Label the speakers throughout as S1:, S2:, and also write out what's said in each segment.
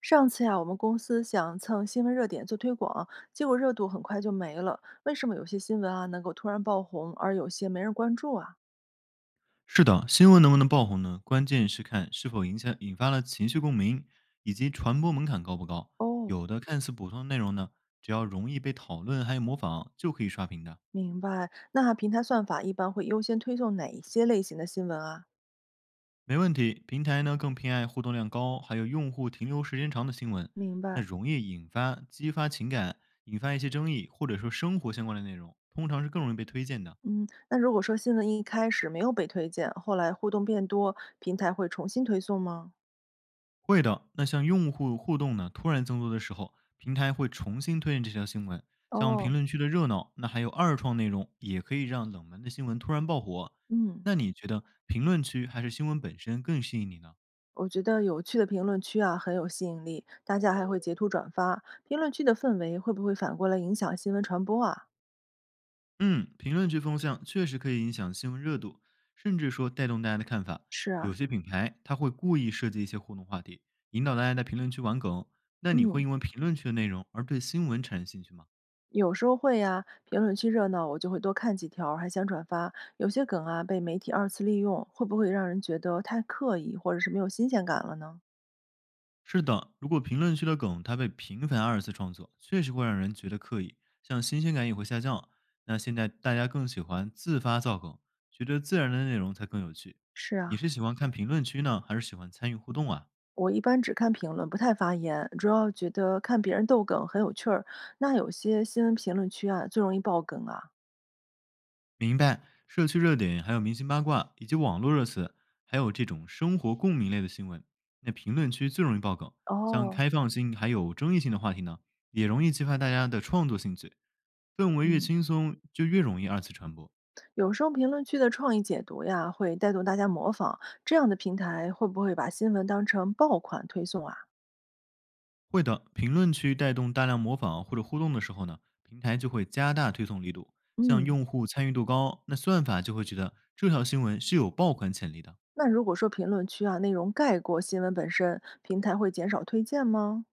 S1: 上次呀，我们公司想蹭新闻热点做推广，结果热度很快就没了。为什么有些新闻啊能够突然爆红，而有些没人关注啊？
S2: 是的，新闻能不能爆红呢？关键是看是否影响引发了情绪共鸣，以及传播门槛高不高。
S1: 哦，
S2: 有的看似普通的内容呢，只要容易被讨论还有模仿，就可以刷屏的，
S1: 明白。那平台算法一般会优先推送哪一些类型的新闻啊？
S2: 没问题。平台呢更偏爱互动量高，还有用户停留时间长的新闻，
S1: 明
S2: 那
S1: 白。
S2: 容易引发激发情感，引发一些争议，或者说生活相关的内容，通常是更容易被推荐的。
S1: 嗯，那如果说新闻一开始没有被推荐，后来互动变多，平台会重新推送吗？
S2: 会的。那像用户互动呢突然增多的时候，平台会重新推荐这条新闻。像评
S1: 哦，
S2: 论区的热闹，那还有二创内容，也可以让冷门的新闻突然爆火。
S1: 嗯，
S2: 那你觉得评论区还是新闻本身更吸引你呢？
S1: 我觉得有趣的评论区啊很有吸引力，大家还会截图转发。评论区的氛围会不会反过来影响新闻传播啊？
S2: 嗯，评论区风向确实可以影响新闻热度，甚至说带动大家的看法。
S1: 是
S2: 有
S1: 啊，
S2: 些品牌它会故意设计一些互动话题，引导大家在评论区玩梗。那你会
S1: 嗯，
S2: 因为评论区的内容而对新闻产生兴趣吗？
S1: 有时候会呀、评论区热闹，我就会多看几条儿还想转发。有些梗啊，被媒体二次利用，会不会让人觉得太刻意，或者是没有新鲜感了呢？
S2: 是的，如果评论区的梗它被频繁二次创作，确实会让人觉得刻意，像新鲜感也会下降。那现在大家更喜欢自发造梗，觉得自然的内容才更有趣。
S1: 是
S2: 你
S1: 啊，
S2: 是喜欢看评论区呢，还是喜欢参与互动啊？
S1: 我一般只看评论，不太发言，主要觉得看别人逗梗很有趣儿。那有些新闻评论区啊，最容易爆梗啊。
S2: 明白，社区热点，还有明星八卦，以及网络热词，还有这种生活共鸣类的新闻，那评论区最容易爆梗。像
S1: 哦，
S2: 开放性还有争议性的话题呢，也容易激发大家的创作兴趣。氛围越
S1: 嗯，
S2: 轻松，就越容易二次传播。
S1: 有时候评论区的创意解读呀，会带动大家模仿，这样的平台会不会把新闻当成爆款推送啊？
S2: 会的，评论区带动大量模仿或者互动的时候呢，平台就会加大推送力度，像
S1: 嗯。
S2: 用户参与度高，那算法就会觉得这条新闻是有爆款潜力的。
S1: 那如果说评论区啊内容盖过新闻本身，平台会减少推荐吗？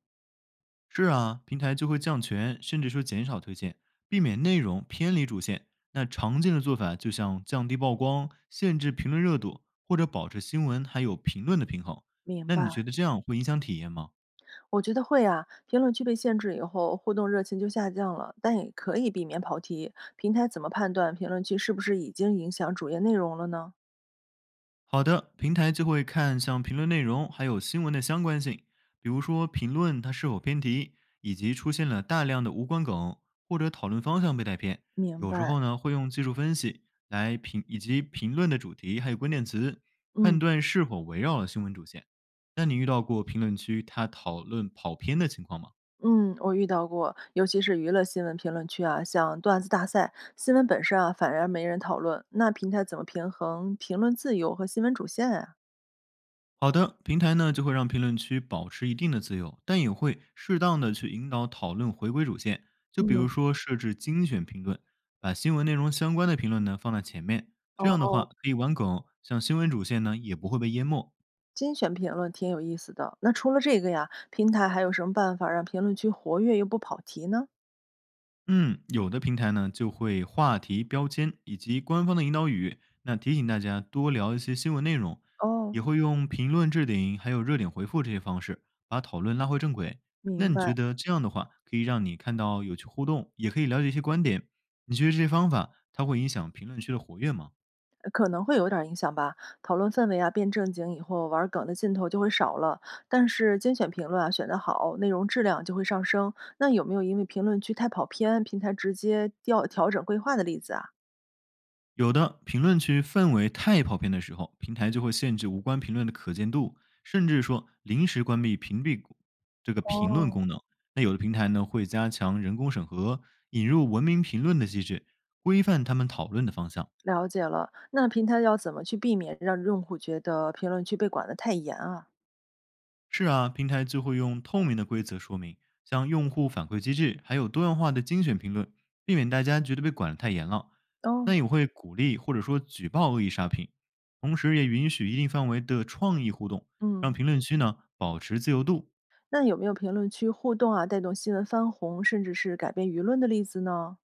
S2: 是啊，平台就会降权，甚至说减少推荐，避免内容偏离主线。那常见的做法就像降低曝光、限制评论热度，或者保持新闻还有评论的平衡。
S1: 明
S2: 那你
S1: 白，
S2: 觉得这样会影响体验吗？
S1: 我觉得会啊。评论区被限制以后，互动热情就下降了，但也可以避免跑题。平台怎么判断评论区是不是已经影响主页内容了呢？
S2: 好的，平台就会看像评论内容还有新闻的相关性，比如说评论它是否偏题，以及出现了大量的无关梗或者讨论方向被带偏。
S1: 明
S2: 有时
S1: 白，
S2: 候呢，会用技术分析来评以及评论的主题还有关键词，判
S1: 嗯
S2: 断是否围绕了新闻主线。那你遇到过评论区他讨论跑偏的情况吗？
S1: 嗯，我遇到过，尤其是娱乐新闻评论区啊，像段子大赛，新闻本身啊反而没人讨论，那平台怎么平衡评论自由和新闻主线啊？
S2: 好的，平台呢就会让评论区保持一定的自由，但也会适当的去引导讨论回归主线。就比如
S1: 嗯，
S2: 说设置精选评论，把新闻内容相关的评论呢放在前面，这样的
S1: 哦，
S2: 话可以玩梗，像新闻主线呢也不会被淹没。
S1: 精选评论挺有意思的。那除了这个呀，平台还有什么办法让评论区活跃又不跑题呢？
S2: 嗯，有的平台呢就会话题标签以及官方的引导语，那提醒大家多聊一些新闻内容，
S1: 哦，
S2: 也会用评论置顶还有热点回复这些方式，把讨论拉回正轨。那
S1: 明
S2: 你
S1: 白，
S2: 觉得这样的话，可以让你看到有趣互动，也可以了解一些观点？你觉得这些方法它会影响评论区的活跃吗？
S1: 可能会有点儿影响吧。讨论氛围啊变正经以后，玩儿梗的劲头就会少了。但是精选评论啊选得好，内容质量就会上升。那有没有因为评论区太跑偏，平台直接调整规划的例子啊？
S2: 有的评论区氛围太跑偏的时候，平台就会限制无关评论的可见度，甚至说临时关闭屏蔽功这个评论
S1: 哦，
S2: 功能。那有的平台呢会加强人工审核，引入文明评论的机制，规范他们讨论的方向。
S1: 了解了，那平台要怎么去避免让用户觉得评论区被管得太严啊？
S2: 是啊，平台就会用透明的规则说明，像用户反馈机制，还有多样化的精选评论，避免大家觉得被管得太严了。那
S1: 哦，
S2: 也会鼓励或者说举报恶意刷屏，同时也允许一定范围的创意互动，让
S1: 嗯。
S2: 评论区呢保持自由度。
S1: 那有没有评论区互动啊，带动新闻翻红，甚至是改变舆论的例子呢？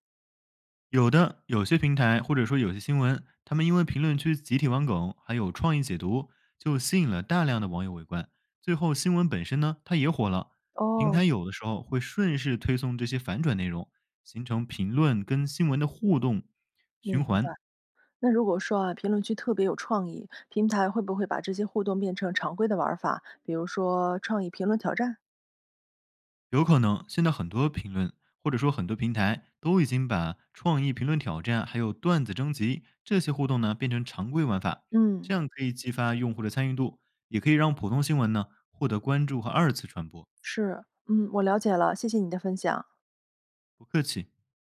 S2: 有的，有些平台或者说有些新闻，他们因为评论区集体玩梗，还有创意解读，就吸引了大量的网友围观。最后新闻本身呢，它也火了。平
S1: 哦，
S2: 台有的时候会顺势推送这些反转内容，形成评论跟新闻的互动循
S1: 明白。
S2: 环。
S1: 那如果说啊，评论区特别有创意，平台会不会把这些互动变成常规的玩儿法？比如说创意评论挑战？
S2: 有可能现在很多评论或者说很多平台都已经把创意评论挑战还有段子征集这些互动呢变成常规玩法，这
S1: 嗯，
S2: 样可以激发用户的参与度，也可以让普通新闻呢获得关注和二次传播。
S1: 是，嗯，我了解了，谢谢你的分享。
S2: 不客气。